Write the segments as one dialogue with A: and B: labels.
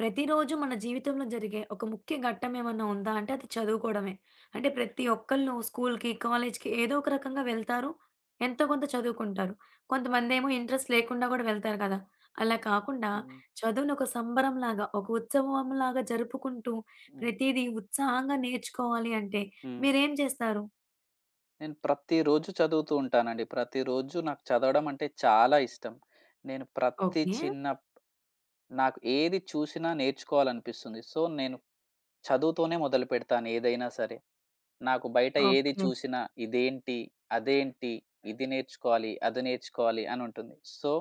A: ప్రతిరోజు మన జీవితంలో జరిగే ఒక ముఖ్య ఘట్టం ఏమన్నా ఉందా అంటే అది చదువుకోవడమే. అంటే ప్రతి ఒక్కళ్ళు స్కూల్‌కి, కాలేజ్‌కి ఏదో ఒక రకంగా వెళ్తారు. ఎంతో కొంత చదువుకుంటారు. కొంతమందేమో ఇంట్రెస్ట్ లేకుండా కూడా వెళ్తారు కదా! అలా కాకుండా
B: హ్మ్.
A: చదువుని ఒక సంబరంలాగా, ఒక ఉత్సవంలాగా జరుపుకుంటూ
B: హ్మ్.
A: ప్రతీదీ ఉత్సాహంగా నేర్చుకోవాలి అంటే
B: హ్మ్.
A: మీరేం చేస్తారు?
B: నేను ప్రతిరోజు చదువుతూ ఉంటానండి. ప్రతిరోజు నాకు చదవడం అంటే చాలా ఇష్టం. నేను ప్రతి
A: ఓకే.
B: చిన్న నాకు ఏది చూసినా నేర్చుకోవాలనిపిస్తుంది. సో, నేను చదువుతోనే మొదలుపెడతాను ఏదైనా సరే. నాకు బయట ఏది
A: ఓకే.
B: చూసినా ఇదేంటి? అదేంటి? ఇది నేర్చుకోవాలి, అది నేర్చుకోవాలి అని ఉంటుంది. సో,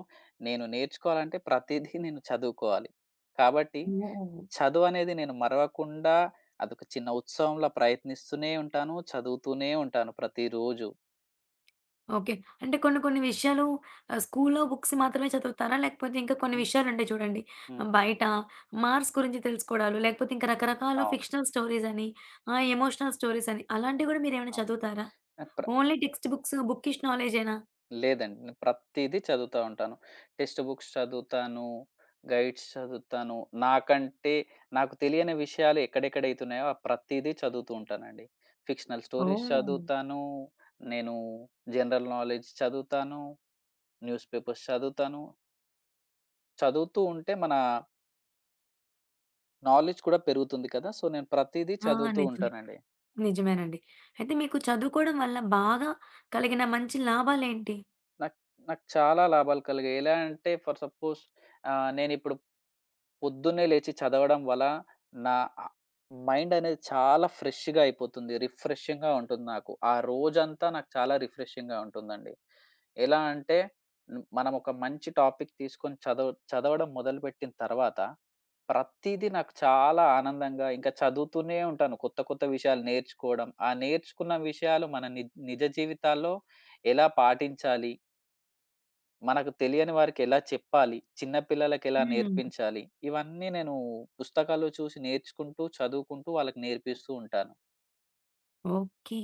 B: నేను నేర్చుకోవాలంటే ప్రతీదీ నేను చదువుకోవాలి. కాబట్టి
A: ఓహ్!
B: చదువనేది నేను మరవకుండా అదొక చిన్న ఉత్సవంలా ప్రయత్నిస్తూనే ఉంటాను. చదువుతూనే ఉంటాను ప్రతిరోజు.
A: ఓకే. అంటే కొన్ని కొన్ని విషయాలు స్కూల్లో బుక్స్ మాత్రమే చదువుతారా? లేకపోతే ఇంకా కొన్ని
B: హుహు.
A: విషయాలుంటాయి చూడండి.
B: హ్మ్.
A: బయట మార్క్స్ గురించి తెలుసుకోవడాలు, లేకపోతే ఇంకా రకరకాల
B: అవును.
A: ఫిక్షనల్ స్టోరీస్ అని, ఎమోషనల్ స్టోరీస్ అని అలాంటివి గూడా మీరేమైనా
B: అవును.
A: చదువుతారా?
B: ఆహ్, ప్ర
A: ఓన్లీ టెక్స్ట్ బుక్స్, బుకిష్ నాలెడ్జేనా?
B: లేదండి. నేను ప్రతీదీ చదువుతా ఉంటాను. టెక్స్ట్ బుక్స్ చదువుతాను. గైడ్స్ చదువుతాను. నాకంటే నాకు తెలియని విషయాలు ఎక్కడెక్కడైతున్నాయో ఆ ప్రతీదీ చదువుతూ ఉంటానండి. ఫిక్షనల్ స్టోరీస్
A: ఓహ్!
B: చదువుతాను. నేను జనరల్ నాలెడ్జ్ చదువుతాను. న్యూస్ పేపర్స్ చదువుతాను. చదువుతూ ఉంటే మన నాలెడ్జ్ కూడా పెరుగుతుంది కదా! సో, నేను ప్రతీదీ
A: ఆ!
B: చదువుతూ
A: నిజమే.
B: ఉంటానండి.
A: నిజమేనండి. అయితే మీకు చదువుకోవడం వల్ల బాగా కలిగిన మంచి లాభాలేంటి?
B: నాకు నాకు చాలా లాభాలు కలిగాయి. ఎలా అంటే ఫర్ సపోజ్ నేనిప్పుడు పొద్దున్నే లేచి చదవడం వల్ల నా ఆహ్, మైండ్ అనేది చాలా ఫ్రెష్‌గా అయిపోతుంది. రిఫ్రెషింగ్‌గా ఉంటుంది నాకు. ఆ రోజంతా నాకు చాలా రిఫ్రెషింగ్‌గా ఉంటుందండి. ఎలా అంటే మనం ఒక మంచి టాపిక్ తీసుకొని చదవడం మొదలుపెట్టిన తర్వాత ప్రతీదీ నాకు చాలా ఆనందంగా ఇంకా చదువుతూనే ఉంటాను. కొత్త కొత్త విషయాలు నేర్చుకోవడం. ఆ నేర్చుకున్న విషయాలు మన నిజ జీవితాల్లో ఎలా పాటించాలి? మనకు తెలియని వారికి ఎలా చెప్పాలి? చిన్న పిల్లలకెలా
A: హ్మ్.
B: నేర్పించాలి? ఇవన్నీ నేను పుస్తకాలు చూసి నేర్చుకుంటూ, చదువుకుంటూ వాళ్ళకి నేర్పిస్తూ ఉంటాను.
A: ఓకే.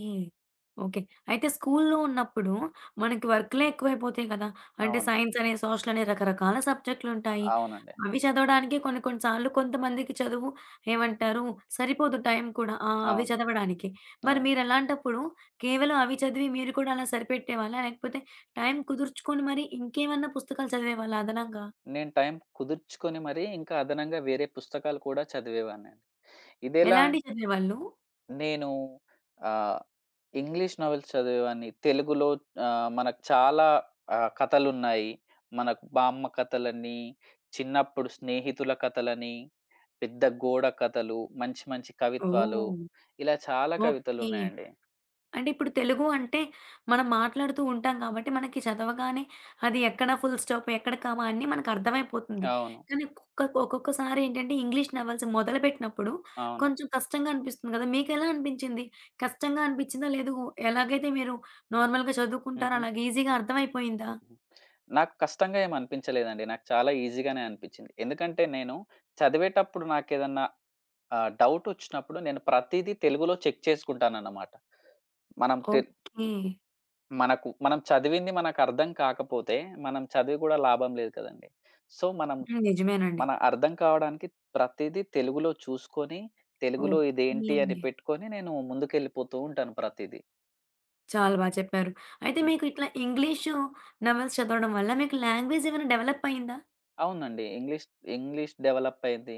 A: ఓకే. అయితే స్కూలులో ఉన్నప్పుడు మనకి వర్కులే ఎక్కువైపోతాయి కదా! అంటే
B: అవును.
A: సైన్సని, సోషలని రకరకాల సబ్జెక్టులుంటాయి.
B: అవునండి.
A: అవి చదవడానికి కొన్ని కొన్ని సార్లు కొంతమందికి చదువు ఏమంటారు సరిపోదు టైం కూడా. ఆ! అవి
B: అవును.
A: చదవడానికి. మరి
B: అవును.
A: మీరలాంటప్పుడు కేవలం అవి చదివి మీరు కూడా అలా సరిపెట్టేవాళ్ళా? లేకపోతే టైం కుదుర్చుకొని మరి ఇంకేమన్నా పుస్తకాలు చదివేవాళ్ళా అదనంగా?
B: నేను టైం కుదుర్చుకొని మరీ ఇంకా అదనంగా వేరే పుస్తకాలు కూడా చదివేవాడినండి. ఇదెలా
A: ఎలాంటివి
B: అంటే
A: చదివేవాళ్ళు?
B: నేను ఆహ్, ఇంగ్లీష్ నోవెల్స్ చదివేవాడిని. తెలుగులో మనకు చాలా కథలున్నాయి. మనకు బామ్మ కథలని, చిన్నప్పుడు స్నేహితుల కథలని పెద్ద గోడ కథలు, మంచి మంచి కవిత్వాలు,
A: ఓహ్!
B: ఇలా చాలా
A: ఓకే.
B: కవితలున్నాయండి.
A: అంటే ఇప్పుడు తెలుగు అంటే మనం మాట్లాడుతూ ఉంటాం కాబట్టి మనకి చదవగానే అది ఎక్కడ ఫుల్ స్టాప్, ఎక్కడ కామా అన్నీ మనకర్థమైపోతుంది.
B: అవును.
A: కానీ ఒక్కొక్కసారి ఏంటంటే ఇంగ్లీష్ నవెల్స్ మొదలుపెట్టినప్పుడు
B: అవును.
A: కొంచెం కష్టంగా అనిపిస్తుంది గదా! మీకెలా అనిపించింది? కష్టంగా అనిపించిందా? లేదు ఎలాగైతే మీరు నార్మల్‌గా చదువుకుంటారో
B: హుహు.
A: అలాగ ఈజీగా అర్థమైపోయిందా?
B: హ్మ్. నాకు కష్టంగా ఏమి అనిపించలేదండి. నాకు చాలా ఈజీగానే అనిపిచ్చింది. ఎందుకంటే నేను చదివేటప్పుడు నాకేదన్నా డౌటొచ్చినప్పుడు నేను ప్రతీదీ తెలుగులో చెక్ చేసుకుంటానన్నమాట. మనం తెల్
A: ఓకే.
B: మనకు మనం చదివింది మనకర్థం కాకపోతే, మనం చదివి గూడా లాభం లేదు కదండీ. సో, మనం
A: హ్మ్. నిజమేనండి.
B: మన అర్థం కావడానికి ప్రతీదీ తెలుగులో చూసుకొని, తెలుగులో ఇదేంటి అని
A: ఓకే.
B: పెట్టుకొని నేను ముందుకెళ్ళిపోతూ ఉంటాను ప్రతీదీ.
A: చాలా బా చెప్పారు. అయితే
B: హ్మ్.
A: మీకు ఇట్లా ఇంగ్లీషు నవెల్స్ చదవడం వల్ల మీకు లాంగ్వేజ్ ఏమైనా డెవలప్ అయిందా?
B: అవునండి. ఇంగ్లీష్ డెవలప్ అయింది.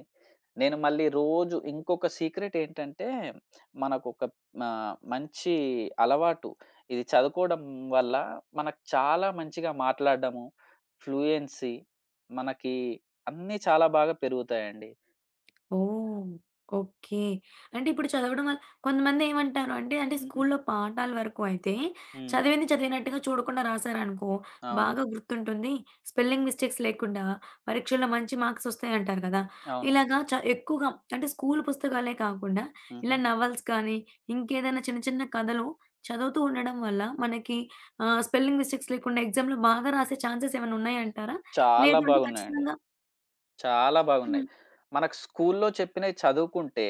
B: నేను మళ్ళీ రోజు ఇంకొక సీక్రెట్ ఏంటంటే, మనకొక మంచి అలవాటు. ఇది చదువుకోవడం వల్ల మనకు చాలా మంచిగా మాట్లాడడము, ఫ్లూయెన్సీ మనకి అన్నీ చాలా బాగా పెరుగుతాయండి.
A: ఓహ్! ఓకే. అంటే ఇప్పుడు చదవడం వల్ల కొంతమందేమంటారు అంటే, అంటే
B: హుహు.
A: స్కూల్లో పాఠాల వరకు అయితే
B: హ్మ్.
A: చదివింది చదివినట్టుగా చూడకుండా రాసారనుకో,
B: అవును.
A: బాగా గుర్తుంటుంది. స్పెల్లింగ్ మిస్టేక్స్ లేకుండా పరీక్షల్లో మంచి మార్క్స్ వస్తాయంటారు కదా!
B: అవును.
A: ఇలాగా చ ఎక్కువగా అంటే స్కూలు పుస్తకాలే కాకుండా
B: హుహు.
A: ఇలా నవల్స్ కానీ, ఇంకేదైనా చిన్న చిన్న కథలు చదువుతూ ఉండడం వల్ల మనకి స్పెల్లింగ్ మిస్టేక్స్ లేకుండా ఎగ్జామ్‌లో బాగా రాసే ఛాన్సెస్ ఏమైనా ఉన్నాయంటారా?
B: చాలా
A: లేదు అంటే
B: బాగున్నాయండి.
A: ఖచ్చితంగా
B: చాలా
A: హ్మ్.
B: బాగున్నాయి. మనకు స్కూల్లో చెప్పినయి చదువుకుంటే,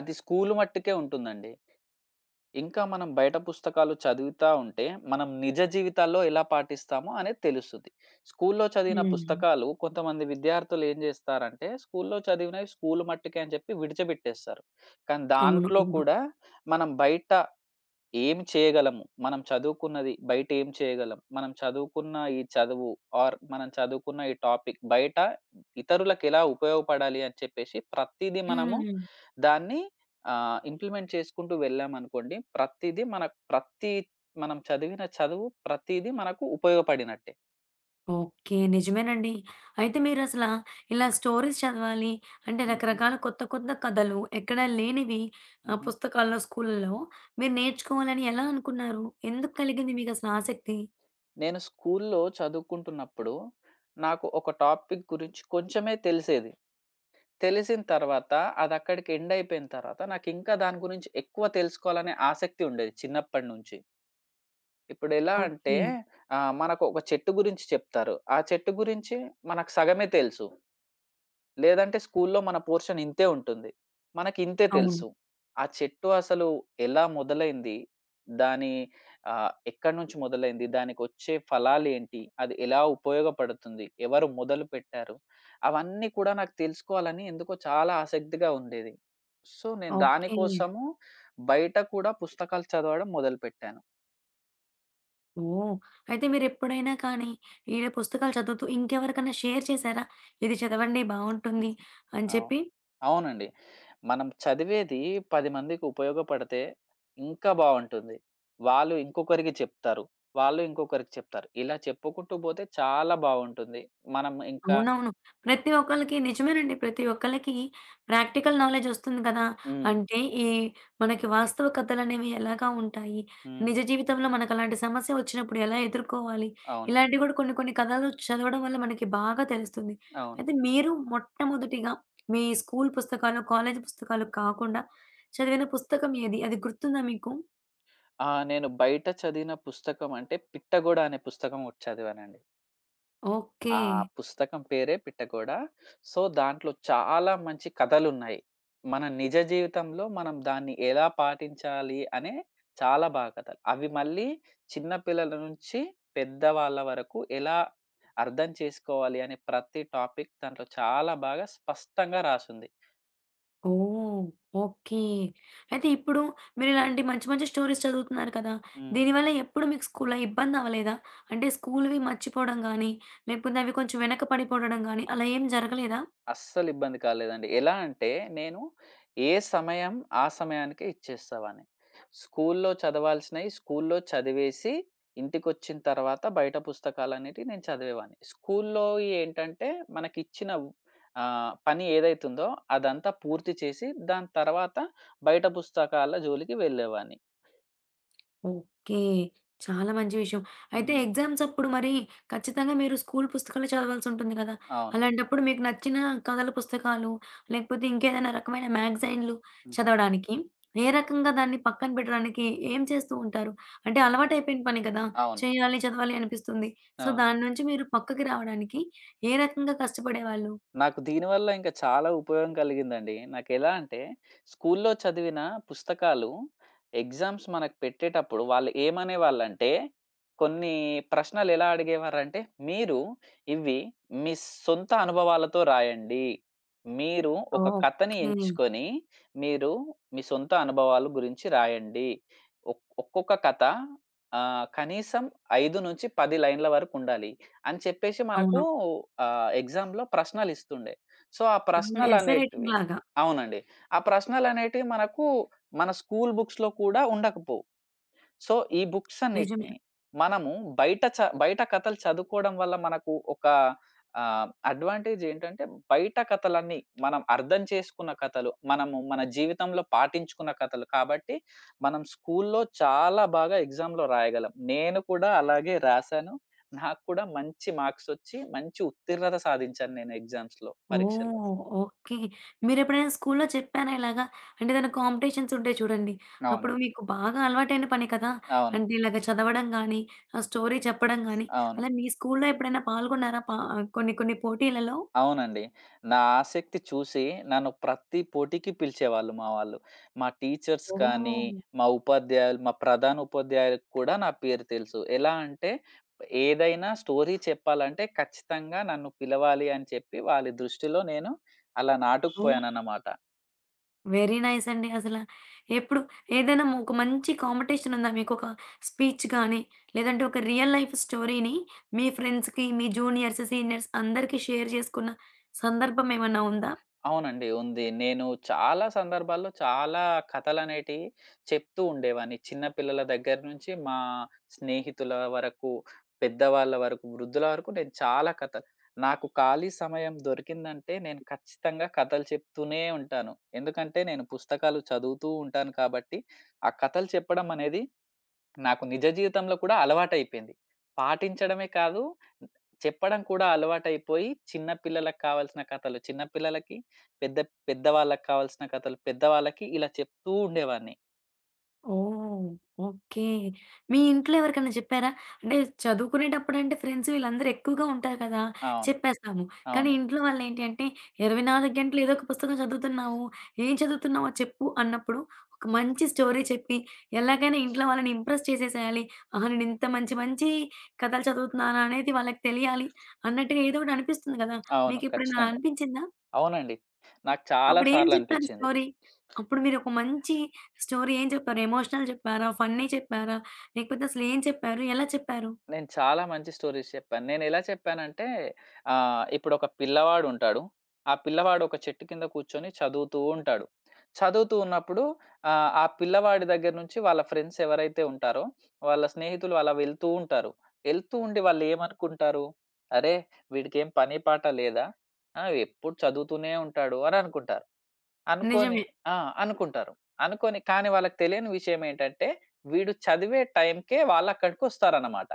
B: అది స్కూలు మట్టుకే ఉంటుందండి. ఇంకా మనం బయట పుస్తకాలు చదువుతా ఉంటే, మనం నిజ జీవితాల్లో ఎలా పాటిస్తామో అనేది తెలుస్తది. స్కూల్లో చదివిన
A: హ్మ్.
B: పుస్తకాలు కొంతమంది విద్యార్థులు ఏం జేస్తారంటే, స్కూల్లో చదివినవి స్కూలు మట్టుకే అని చెప్పి విడిచిపెట్టేస్తారు. కానీ
A: అవును.
B: దాంట్లో
A: అవును.
B: కూడా మనం బయట ఏం చేయగలము? మనం చదువుకున్నది బయట ఏం చేయగలం? మనం చదువుకున్న ఈ చదువు ఆర్ మనం చదువుకున్న ఈ టాపిక్ బయట ఇతరులకెలా ఉపయోగపడాలి అని చెప్పేసి ప్రతీదీ మనము
A: హ్మ్.
B: దాన్ని ఇంప్లిమెంట్ చేసుకుంటూ వెళ్ళామనుకోండి. ప్రతీదీ మన ప్రతి మనం చదివిన చదువు ప్రతీదీ మనకు ఉపయోగపడినట్టే.
A: ఓకే. నిజమేనండి. అయితే మీరసల ఇలా స్టోరీస్ చదవాలి అంటే
B: హుహు.
A: రకరకాల కొత్త కొత్త కథలు ఎక్కడ లేనివి
B: హుహు.
A: పుస్తకాల్లో, స్కూల్‌లో మీరు నేర్చుకోవాలని ఎలా అనుకున్నారు? ఎందుకు కలిగింది మీకసల ఆసక్తి?
B: నేను స్కూలులో చదువుకుంటున్నప్పుడు నాకు ఒక టాపిక్ గురించి కొంచెమే తెలిసేది. తెలిసిన తర్వాత అదక్కడికి ఎండ్ అయిపోయిన తర్వాత నాకింకా దాని గురించి ఎక్కువ తెలుసుకోవాలనే ఆసక్తి ఉండేది చిన్నప్పటి నుంచి. ఇప్పుడెలా అంటే
A: ఓకే.
B: మనకు ఒక చెట్టు గురించి చెప్తారు. ఆ చెట్టు గురించి మనకు సగమే తెలుసు. లేదంటే స్కూల్లో మన పోర్షన్ ఇంతే ఉంటుంది. మనకింతే
A: అవును.
B: తెలుసు. ఆ చెట్టు అసలు ఎలా మొదలైంది? దాని ఎక్కడి నుంచి మొదలైంది? దానికొచ్చే ఫలాలేంటి? అది ఎలా ఉపయోగపడుతుంది? ఎవరు మొదలుపెట్టారు? అవన్నీ కూడా నాకు తెలుసుకోవాలని ఎందుకో చాలా ఆసక్తిగా ఉండేది. సో, నేను దాని
A: ఓకే.
B: కోసము బయట కూడా పుస్తకాలు చదవడం మొదలుపెట్టాను.
A: ఓహ్! అయితే మీరెప్పుడైనా కానీ ఇలా పుస్తకాలు చదువుతూ ఇంకెవరికన్నా షేర్ చేశారా? ఇది చదవండి
B: హ్మ్.
A: బావుంటుంది అని
B: అవును.
A: చెప్పి?
B: అవునండి. మనం చదివేది 10 మందికి ఉపయోగపడితే ఇంకా బావుంటుంది. వాళ్ళు ఇంకొకరికి చెప్తారు. వాళ్ళు ఇంకొకరికి చెప్తారు. ఇలా చెప్పుకుంటూ పోతే చాలా బావుంటుంది. మనం ఇంకా.
A: అవునవును. ప్రతి ఒక్కళ్ళకి నిజమేనండి. ప్రతి ఒక్కళ్ళకి ప్రాక్టికల్ నాలెడ్జ్ ఒస్తుంది కదా!
B: హ్మ్.
A: అంటే ఈ మనకి వాస్తవ కథలనేవి ఎలాగా ఉంటాయి?
B: హ్మ్.
A: నిజ జీవితంలో మనకలాంటి సమస్య ఒచ్చినప్పుడు ఎలా ఎదుర్కోవాలి?
B: అవును.
A: ఇలాంటివి గూడా కొన్ని కొన్ని కథలు చదవడం వల్ల మనకి బాగా తెలుస్తుంది.
B: అవును.
A: అయితే మీరు మొట్టమొదటిగా మీ స్కూల్ పుస్తకాలు, కాలేజీ పుస్తకాలు కాకుండా చదివిన పుస్తకం ఏది? అది గుర్తుందా మీకు?
B: ఆ! నేను బయట చదివిన పుస్తకం అంటే 'పిట్టగోడ' అనే పుస్తకం ఒకటి చదివానండి.
A: ఓకే.
B: ఆ! పుస్తకం పేరే 'పిట్టగోడ.' సో, దాంట్లో చాలా మంచి కథలున్నాయి. మన నిజ జీవితంలో మనం దాన్ని ఎలా పాటించాలి అనే చాలా బాగా కథలు. అవి మళ్ళీ చిన్న పిల్లల నుంచి పెద్దవాళ్ళ వరకు ఎలా అర్థం చేసుకోవాలి అనే ప్రతి టాపిక్ దాంట్లో చాలా బాగా స్పష్టంగా రాసుంది.
A: ఓహ్! ఓకే. అయితే ఇప్పుడు మీరిలాంటి మంచి మంచి స్టోరీస్ చదువుతున్నారు కదా!
B: హ్మ్.
A: దీనివల్ల ఎప్పుడు మీకు స్కూల్‌లో ఇబ్బందవ్వలేదా? అంటే స్కూల్‌వి మర్చిపోవడం గానీ, లేకపోతే అవి కొంచెం వెనక పడిపోవడం గానీ అలా ఏం జరగలేదా?
B: అస్సలు ఇబ్బంది కాలేదండి. ఎలా అంటే నేను ఏ సమయం ఆ సమయానికే ఇచ్చేసేవాడిని. స్కూల్లో చదవాల్సినయి స్కూల్లో చదివేసి ఇంటికొచ్చిన తర్వాత బయట పుస్తకాలనేటివి నేను చదివేవాడిని. స్కూల్లోయి ఏంటంటే మనకిచ్చిన పని ఏదైతుందో అదంతా పూర్తి చేసి దాని తర్వాత బయట పుస్తకాల జోలికి వెళ్ళేవాడిని.
A: ఓకే. చాలా మంచి విషయం. అయితే
B: హ్మ్.
A: ఎగ్జామ్స్ అప్పుడు మరి ఖచ్చితంగా మీరు స్కూల్ పుస్తకాలు చదవాల్సుంటుంది కదా!
B: అవును.
A: అలాంటప్పుడు మీకు నచ్చిన కథల పుస్తకాలు, లేకపోతే ఇంకేదైనా రకమైన మ్యాగజైన్‌లు
B: హుహు.
A: చదవడానికి ఏ రకంగా దాన్ని పక్కన పెట్టడానికి ఏం చేస్తూ ఉంటారు? అంటే అలవాటైపోయిన పని కదా!
B: అవును.
A: చేయాలి, చదవాలి అనిపిస్తుంది. సో,
B: అవును.
A: దాని నుంచి మీరు పక్కకి రావడానికి ఏ రకంగా కష్టపడేవాళ్ళు?
B: నాకు దీనివల్ల ఇంకా చాలా ఉపయోగం కలిగిందండి. నాకెలా అంటే, స్కూల్లో చదివిన పుస్తకాలు ఎగ్జామ్స్ మనకు పెట్టేటప్పుడు వాళ్ళు ఏమనేవాళ్ళంటే, కొన్ని ప్రశ్నలెలా అడిగేవారంటే, "మీరు ఇవి మీ సొంత అనుభవాలతో రాయండి. మీరు ఒక కథని
A: ఓకే.
B: ఎంచుకొని, మీరు మీ సొంత అనుభవాల గురించి రాయండి. ఒక్కొక్క కథ కనీసం 5-10 లైన్‌ల వరకు ఉండాలి." అని చెప్పేసి మనకు
A: అవును.
B: ఎగ్జామ్‌లో ప్రశ్నలిస్తుండే. సో, ఆ
A: అవును. ఎస్సే రైటింగ్
B: ప్రశ్నలనేటివి
A: లాగా.
B: అవునండి. ఆ ప్రశ్నలనేటివి మనకు మన స్కూల్ బుక్స్‌లో కూడా ఉండకపోవు. సో, ఈ బుక్స్
A: నిజమే.
B: అన్నిటిని మనము బయట బయట కథలు చదువుకోవడం వల్ల మనకు ఒక అడ్వాంటేజ్ ఏంటంటే బయట కథలన్నీ మనం అర్థం చేసుకున్న కథలు, మనము మన జీవితంలో పాటించుకున్న కథలు కాబట్టి మనం స్కూల్లో చాలా బాగా ఎగ్జామ్‌లో రాయగలం. నేను కూడా అలాగే రాసాను. నాకు కూడా మంచి మార్క్స్ వచ్చి మంచి ఉత్తీర్ణత సాధించాను నేను ఎగ్జామ్స్‌లో, పరీక్షల్లో.
A: ఓహ్! ఓకే. మీరెప్పుడైనా స్కూల్లో చెప్పారా ఇలాగా? అంటే ఏదైనా కాంపిటీషన్స్ ఉంటాయి చూడండి.
B: అవును.
A: అప్పుడు మీకు బాగా అలవాటైన పని కదా!
B: అవును.
A: అంటే ఇలాగ చదవడం గానీ, ఆ స్టోరీ చెప్పడం గానీ,
B: అవును.
A: అలా మీ స్కూల్లో ఎప్పుడైనా పాల్గొన్నారా? పా కొన్ని కొన్ని పోటీలలో?
B: అవునండి. నా ఆసక్తి చూసి నన్ను ప్రతి పోటీకి పిలిచేవాళ్ళు మా వాళ్ళు. మా టీచర్స్ కానీ,
A: ఓహ్!
B: మా ఉపాధ్యాయులు, మా ప్రధాన ఉపాధ్యాయులకు కూడా నా పేరు తెలుసు. ఎలా అంటే ఏదైనా స్టోరీ చెప్పాలంటే ఖచ్చితంగా నన్ను పిలవాలి అని చెప్పి వాళ్ళ దృష్టిలో నేను అలా
A: ఓహ్!
B: నాటుకుపోయానన్నమాట.
A: వెరీ నైస్ అండి అసల. ఎప్పుడు ఏదైనా ఒక మంచి కాంపిటీషన్ ఉందా మీకు? ఒక స్పీచ్ గానీ, లేదంటే ఒక రియల్ లైఫ్ స్టోరీని మీ ఫ్రెండ్స్‌కి, మీ జూనియర్స్, సీనియర్స్ అందరికీ షేర్ చేసుకున్న సందర్భం ఏమన్నా ఉందా?
B: అవునండి. ఉంది. నేను చాలా సందర్భాల్లో చాలా కథలనేటివి చెప్తూ ఉండేవాడిని. చిన్న పిల్లల దగ్గర నుంచి మా స్నేహితుల వరకు, పెద్దవాళ్ళ వరకు, వృద్ధుల వరకు నేను చాలా కథలు. నాకు ఖాళీ సమయం దొరికిందంటే నేను ఖచ్చితంగా కథలు చెప్తూనే ఉంటాను. ఎందుకంటే నేను పుస్తకాలు చదువుతూ ఉంటాను కాబట్టి, ఆ కథలు చెప్పడం అనేది నాకు నిజ జీవితంలో కూడా అలవాటైపోయింది. పాటించడమే కాదు చెప్పడం కూడా అలవాటైపోయి, చిన్న పిల్లలకి కావాల్సిన కథలు చిన్న పిల్లలకి, పెద్ద పెద్దవాళ్ళకి కావాల్సిన కథలు పెద్దవాళ్ళకి ఇలా చెప్తూ ఉండేవాడిని.
A: ఓహ్! ఓకే. మీ ఇంట్లో ఎవరికైనా చెప్పారా? అంటే చదువుకునేటప్పుడంటే ఫ్రెండ్స్ వీళ్ళందరూ ఎక్కువగా ఉంటారు కదా!
B: అవును.
A: చెప్పేస్తాము. కానీ
B: అవును.
A: ఇంట్లో వాళ్ళేంటి అంటే, "24 గంటలు ఏదో ఒక పుస్తకం చదువుతున్నావు. ఏం చదువుతున్నావో చెప్పు" అన్నప్పుడు ఒక మంచి స్టోరీ చెప్పి, ఎలాగైనా ఇంట్లో వాళ్ళని ఇంప్రెస్ చేసేసేయాలి. ఆహా! నేను ఇంత మంచి మంచి కథలు చదువుతున్నాను అనేది వాళ్ళకి తెలియాలి అన్నట్టుగా ఏదో ఒకటి అనిపిస్తుంది కదా!
B: అవును.
A: మీకెప్పుడైనా అలా
B: ఖచ్చితంగా.
A: అనిపించిందా?
B: అవునండి. నాకు చాలా
A: అప్పుడేం చెప్పారు
B: సార్లనిపిచ్చింది.
A: స్టోరీ? అప్పుడు మీరొక మంచి స్టోరీ ఏం చెప్పారు? ఎమోషనల్ చెప్పారా? ఫన్నీ చెప్పారా? లేకపోతే అసలేం చెప్పారు? ఎలా చెప్పారు?
B: నేను చాలా మంచి స్టోరీస్ చెప్పాను. నేనెలా చెప్పానంటే ఇప్పుడొక పిల్లవాడుంటాడు. ఆ పిల్లవాడు ఒక చెట్టు కింద కూర్చొని చదువుతూ ఉంటాడు. చదువుతూ ఉన్నప్పుడు ఆ పిల్లవాడి దగ్గర నుంచి వాళ్ళ ఫ్రెండ్స్ ఎవరైతే ఉంటారో, వాళ్ళ స్నేహితులు అలా వెళ్తూ ఉంటారు. వెళ్తూ ఉండి వాళ్ళేమనుకుంటారు, "అరే! వీడికేం పని పాట లేదా? ఆ! ఎప్పుడు చదువుతూనే ఉంటాడు" అని అనుకుంటారు. అనుకోని
A: నిజమే.
B: ఆ! అనుకుంటారు. అనుకోని కానీ వాళ్ళకి తెలియని విషయం ఏంటంటే, వీడు చదివే టైంకే వాళ్ళక్కడికొస్తారన్నమాట.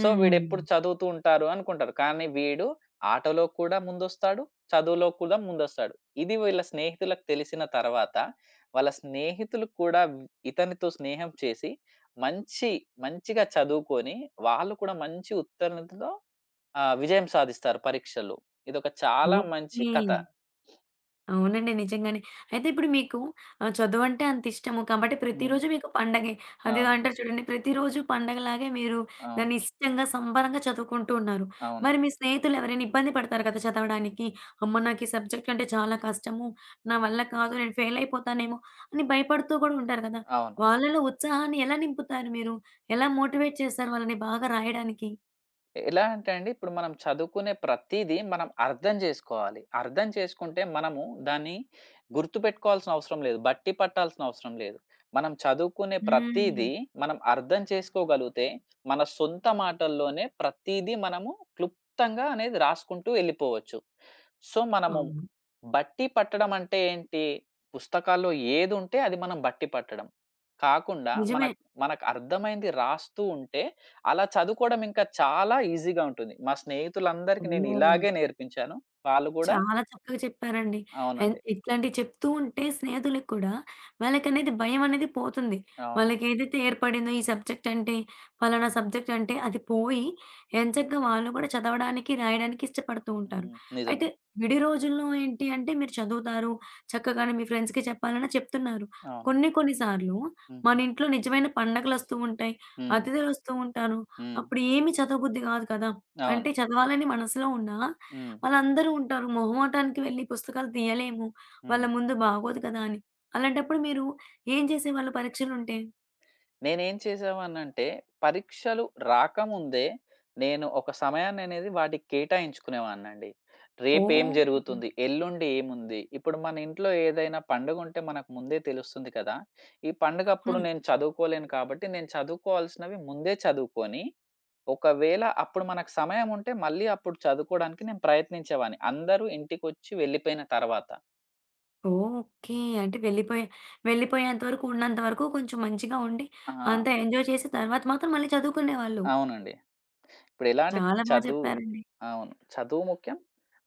B: సో వీడెప్పుడు చదువుతూ ఉంటారు అనుకుంటారు. కానీ వీడు ఆటలో కూడా ముందొస్తాడు. చదువులో కూడా ముందొస్తాడు. ఇది వీళ్ళ స్నేహితులకు తెలిసిన తర్వాత వాళ్ళ స్నేహితులు కూడా ఇతనితో స్నేహం చేసి మంచి మంచిగా చదువుకొని వాళ్ళు కూడా మంచి ఉత్తీర్ణతతో విజయం సాధిస్తారు పరీక్షల్లో. ఇదొక చాలా మంచి
A: ఓకే.
B: కథ.
A: అవునండి. నిజంగానే. అయితే ఇప్పుడు మీకు చదువంటే అంతిష్టము కాబట్టి
B: హ్మ్.
A: ప్రతిరోజు మీకు పండగే. అదేదో
B: అవును.
A: అంటారు చూడండి ప్రతిరోజు పండగలాగే మీరు
B: అవును.
A: దాన్ని ఇష్టంగా, సంబరంగా చదువుకుంటూ ఉన్నారు.
B: అవును.
A: మరి మీ స్నేహితులు ఎవరైనా ఇబ్బంది పడతారు కదా చదవడానికి. అమ్మ! నాకు ఈ సబ్జెక్ట్ అంటే చాలా కష్టము. నా వల్ల కాదు. నేను ఫెయిల్ అయిపోతానేమో అని భయపడుతూ కూడా ఉంటారు కదా!
B: అవును.
A: వాళ్ళలో ఉత్సాహాన్ని ఎలా నింపుతారు మీరు? ఎలా మోటివేట్ చేస్తారు వాళ్ళని బాగా రాయడానికి?
B: ఎలా అంటే అండి, ఇప్పుడు మనం చదువుకునే ప్రతీదీ మనం అర్థం చేసుకోవాలి. అర్థం చేసుకుంటే మనము దాన్ని గుర్తుపెట్టుకోవాల్సిన అవసరం లేదు. బట్టి పట్టాల్సిన అవసరం లేదు. మనం చదువుకునే
A: హ్మ్.
B: ప్రతీదీ మనం అర్థం చేసుకోగలిగితే, మన సొంత మాటల్లోనే ప్రతీదీ మనము క్లుప్తంగా అనేది రాసుకుంటూ వెళ్ళిపోవచ్చు. సో, మనము
A: అవును.
B: బట్టి పట్టడం అంటే ఏంటి? పుస్తకాల్లో ఏదుంటే అది మనం బట్టి పట్టడం. కాకుండా
A: నిజమే.
B: మనకు మనకు అర్థమైంది రాస్తూ ఉంటే అలా చదువుకోవడం ఇంకా చాలా ఈజీగా ఉంటుంది. మా స్నేహితులందరికి నేను
A: ఓహ్!
B: ఇలాగే నేర్పించాను. వాళ్ళు గూడా.
A: చాలా చక్కగా చెప్పారండి. అండ్
B: అవునండి.
A: ఇట్లాంటివి చెప్తూ ఉంటే స్నేహితులకి కూడా వాళ్ళకనేది భయం అనేది పోతుంది.
B: అవును.
A: వాళ్ళకేదైతే ఏర్పడిందో ఈ సబ్జెక్ట్ అంటే, పలానా సబ్జెక్ట్ అంటే అది పోయి ఎంచక్కా వాళ్ళు కూడా చదవడానికి, రాయడానికి ఇష్టపడుతూ ఉంటారు.
B: హ్మ్. నిజమే.
A: అయితే విడి రోజుల్లో ఏంటి అంటే మీరు చదువుతారు, చక్కగానే మీ ఫ్రెండ్స్‌కి చెప్పాలని చెప్తున్నారు.
B: అవును.
A: కొన్ని కొన్ని సార్లు మన
B: హుహు.
A: ఇంట్లో నిజమైన పండగలొస్తూ ఉంటాయి.
B: హ్మ్.
A: అతిథులొస్తూ ఉంటారు.
B: హ్మ్.
A: అప్పుడు ఏమి చదవబుద్ధి కాదు కదా!
B: అవును.
A: అంటే చదవాలని మనసులో ఉన్నా
B: హ్మ్.
A: వాళ్ళందరూ ఉంటారు. మొహమాటానికి వెళ్లి పుస్తకాలు తీయలేము. వాళ్ళ
B: హ్మ్.
A: ముందు బాగోదు కదా అని. అలాంటప్పుడు మీరు ఏం చేసేవాళ్ళు పరీక్షలుంటే?
B: నేనేం చేసేవాడినంటే పరీక్షలు రాకముందే నేను ఒక సమయాన్ననేది వాటికి కేటాయించుకునేవాడినండి. రేపేం
A: ఓహ్!
B: జరుగుతుంది? ఎల్లుండి ఏముంది? ఇప్పుడు మన ఇంట్లో ఏదైనా పండుగుంటే మనకు ముందే తెలుస్తుంది కదా! ఈ పండుగప్పుడు
A: హ్మ్.
B: నేను చదువుకోలేను కాబట్టి నేను చదువుకోవాల్సినవి ముందే చదువుకొని ఒకవేళ అప్పుడు మనకు సమయం ఉంటే మళ్ళీ అప్పుడు చదువుకోడానికి నేను ప్రయత్నించేవాడిని. అందరూ ఇంటికొచ్చి వెళ్ళిపోయిన తర్వాత.
A: ఓకే.
B: హ్మ్.
A: అంటే వెళ్ళిపోయే వెళ్ళిపోయేంత వరకు ఉన్నంత వరకు కొంచెం మంచిగా ఉండి,
B: ఆ!
A: అంతా ఎంజాయ్ చేసి తర్వాత మాత్రం మళ్ళీ చదువుకునేవాళ్ళు.
B: అవునండి. ఇప్పుడెలా అంటే
A: చాలా బా
B: చదువు
A: చెప్పారండి.
B: అవును. చదువు ముఖ్యం.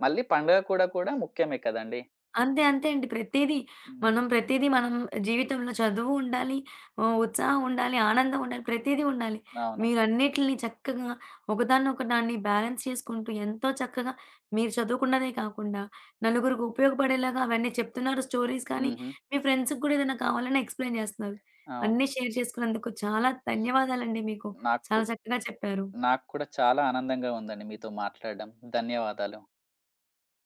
B: మళ్ళీ పండుగ కూడా కూడా ముఖ్యమే కదండీ!
A: అంతే. అంతే అండి. ప్రతీదీ
B: హ్మ్.
A: మనం ప్రతీదీ మనం జీవితంలో చదువు ఉండాలి, ఉత్సాహం ఉండాలి, ఆనందం ఉండాలి. ప్రతీదీ ఉండాలి.
B: అవును.
A: మీరన్నిటిలిని చక్కగా ఒకదాన్నొకదాన్ని బ్యాలెన్స్ చేసుకుంటూ ఎంతో చక్కగా మీరు చదువుకున్నదే కాకుండా నలుగురికి ఉపయోగపడేలాగా అవన్నీ చెప్తున్నారు స్టోరీస్ కానీ,
B: హుహు.
A: మీ ఫ్రెండ్స్‌కి కూడా ఏదైనా కావాలన్నా ఎక్స్‌ప్లెయిన్ చేస్తున్నారు.
B: అవును.
A: అన్నీ షేర్ చేసుకున్నందుకు చాలా ధన్యవాదాలండి మీకు.
B: నాకు
A: చాలా చక్కగా చెప్పారు.
B: నాకు కూడా చాలా ఆనందంగా ఉందండి మీతో మాట్లాడడం. ధన్యవాదాలు.